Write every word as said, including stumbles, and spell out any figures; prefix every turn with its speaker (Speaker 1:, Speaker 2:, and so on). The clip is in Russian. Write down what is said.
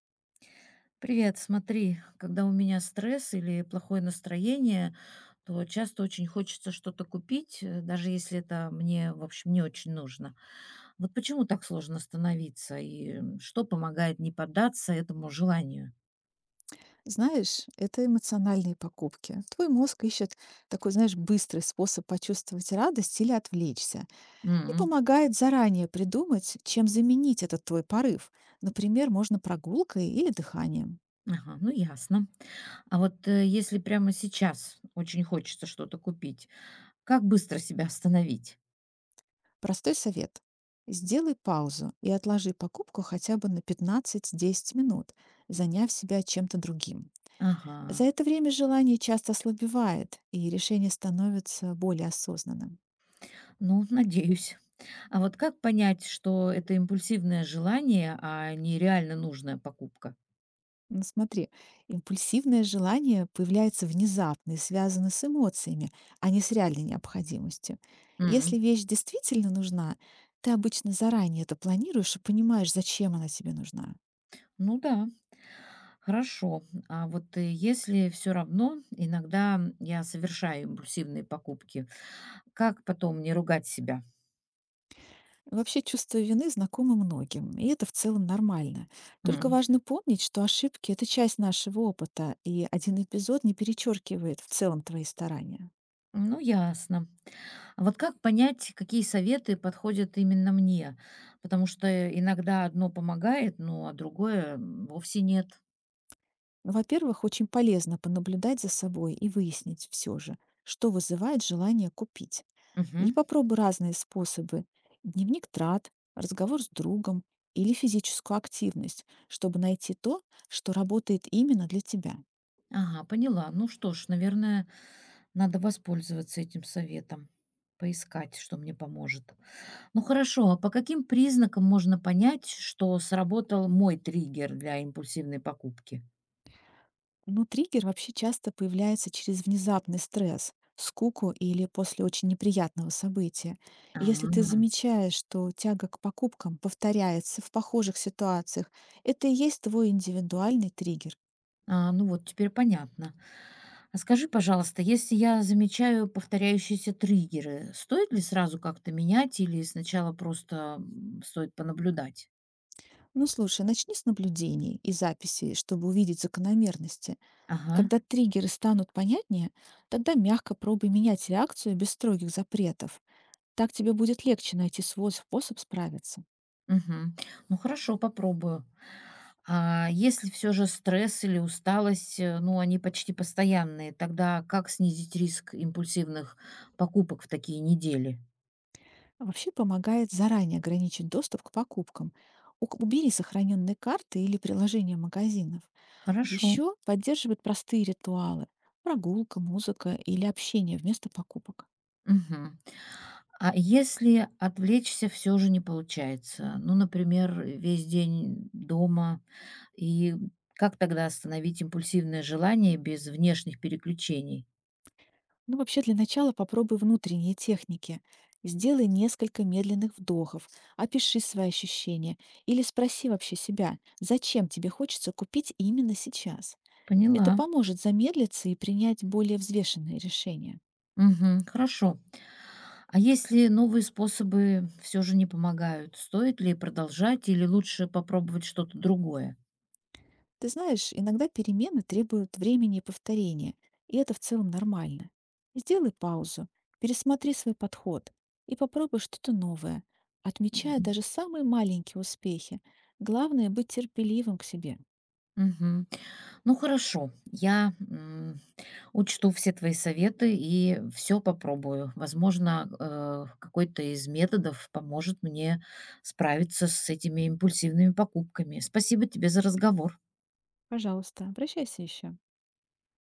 Speaker 1: Привет, смотри, когда у меня стресс или плохое настроение, то часто очень хочется что-то купить, э, даже если это мне, в общем, не очень нужно. Вот почему так сложно остановиться и м, что помогает не поддаться этому желанию?
Speaker 2: Знаешь, это эмоциональные покупки. Твой мозг ищет такой, знаешь, быстрый способ почувствовать радость или отвлечься и
Speaker 1: М.
Speaker 2: помогает заранее придумать, чем заменить этот твой порыв. Например, можно прогулкой или дыханием.
Speaker 1: Ага, ну ясно. А вот э, если прямо сейчас очень хочется что-то купить, как быстро себя остановить?
Speaker 2: Простой совет. Сделай паузу и отложи покупку хотя бы на пятнадцать-десять минут, заняв себя чем-то другим. За
Speaker 1: Ага.
Speaker 2: это время желание часто ослабевает, и решение становится более осознанным.
Speaker 1: Ну, надеюсь. А вот как понять, что это импульсивное желание, а не реально нужная покупка?
Speaker 2: Ну, смотри, импульсивное желание появляется внезапно и связано с эмоциями, а не с реальной необходимостью. Если
Speaker 1: М.
Speaker 2: вещь действительно нужна, ты обычно заранее это планируешь и понимаешь, зачем она тебе нужна.
Speaker 1: Ну да, хорошо. А вот э, если все равно иногда я совершаю импульсивные покупки, как потом не ругать себя?
Speaker 2: Вообще чувство вины знакомо многим, и это в целом нормально. Только
Speaker 1: М.
Speaker 2: важно помнить, что ошибки — это часть нашего опыта, и один эпизод не перечеркивает в целом твои старания.
Speaker 1: Ну, ясно. А вот как понять, какие советы подходят именно мне? Потому что иногда одно помогает, ну, а другое м, вовсе нет.
Speaker 2: Ну, во-первых, очень полезно понаблюдать за собой и выяснить все же, что вызывает желание купить. И
Speaker 1: Мгм.
Speaker 2: попробуй разные способы. Дневник трат, разговор с другом или физическую активность, чтобы найти то, что работает именно для тебя.
Speaker 1: Ага, поняла. Ну что ж, наверное, надо воспользоваться этим советом, поискать, что мне поможет. Ну хорошо, а по каким признакам можно понять, что сработал мой триггер для импульсивной покупки?
Speaker 2: Но триггер вообще часто появляется через внезапный стресс, скуку или после очень неприятного события. И если ты
Speaker 1: А,
Speaker 2: замечаешь, что тяга к покупкам повторяется в похожих ситуациях, это и есть твой индивидуальный триггер.
Speaker 1: а, ну вот теперь понятно. А скажи, пожалуйста, если я замечаю повторяющиеся триггеры, стоит ли сразу как-то менять или сначала просто м, стоит понаблюдать?
Speaker 2: Ну слушай, начни с наблюдений и записей, чтобы увидеть закономерности.
Speaker 1: Ага.
Speaker 2: Когда триггеры станут понятнее, тогда мягко пробуй менять реакцию без строгих запретов. Так тебе будет легче найти свой способ справиться.
Speaker 1: Мгм. Ну хорошо, попробую. А если все же стресс или усталость, э, ну, они почти постоянные, тогда как снизить риск импульсивных покупок в такие недели?
Speaker 2: А вообще помогает заранее ограничить доступ к покупкам. Ук- Убери сохраненные карты или приложения магазинов.
Speaker 1: Хорошо.
Speaker 2: Еще поддерживает простые ритуалы — прогулка, музыка или общение вместо покупок.
Speaker 1: Мгм. А если отвлечься все же не получается? Ну, например, весь день дома, и как тогда остановить импульсивное желание без внешних переключений?
Speaker 2: Ну, вообще, для начала попробуй внутренние техники. Сделай несколько медленных вдохов, опиши свои ощущения или спроси вообще себя, зачем тебе хочется купить именно сейчас. Это
Speaker 1: Поняла.
Speaker 2: поможет замедлиться и принять более взвешенные решения.
Speaker 1: Мгм. Хорошо. А если новые способы все же не помогают, стоит ли продолжать или лучше попробовать что-то другое?
Speaker 2: Ты знаешь, иногда перемены требуют времени и повторения, и это в целом нормально. Сделай паузу, пересмотри свой подход и попробуй что-то новое, отмечая
Speaker 1: Мгм.
Speaker 2: даже самые маленькие успехи. Главное — быть терпеливым к себе.
Speaker 1: Мгм. Ну хорошо, я м, учту все твои советы и все попробую. Возможно, э, какой-то из методов поможет мне справиться с этими импульсивными покупками. Спасибо тебе за разговор.
Speaker 2: Пожалуйста, обращайся еще.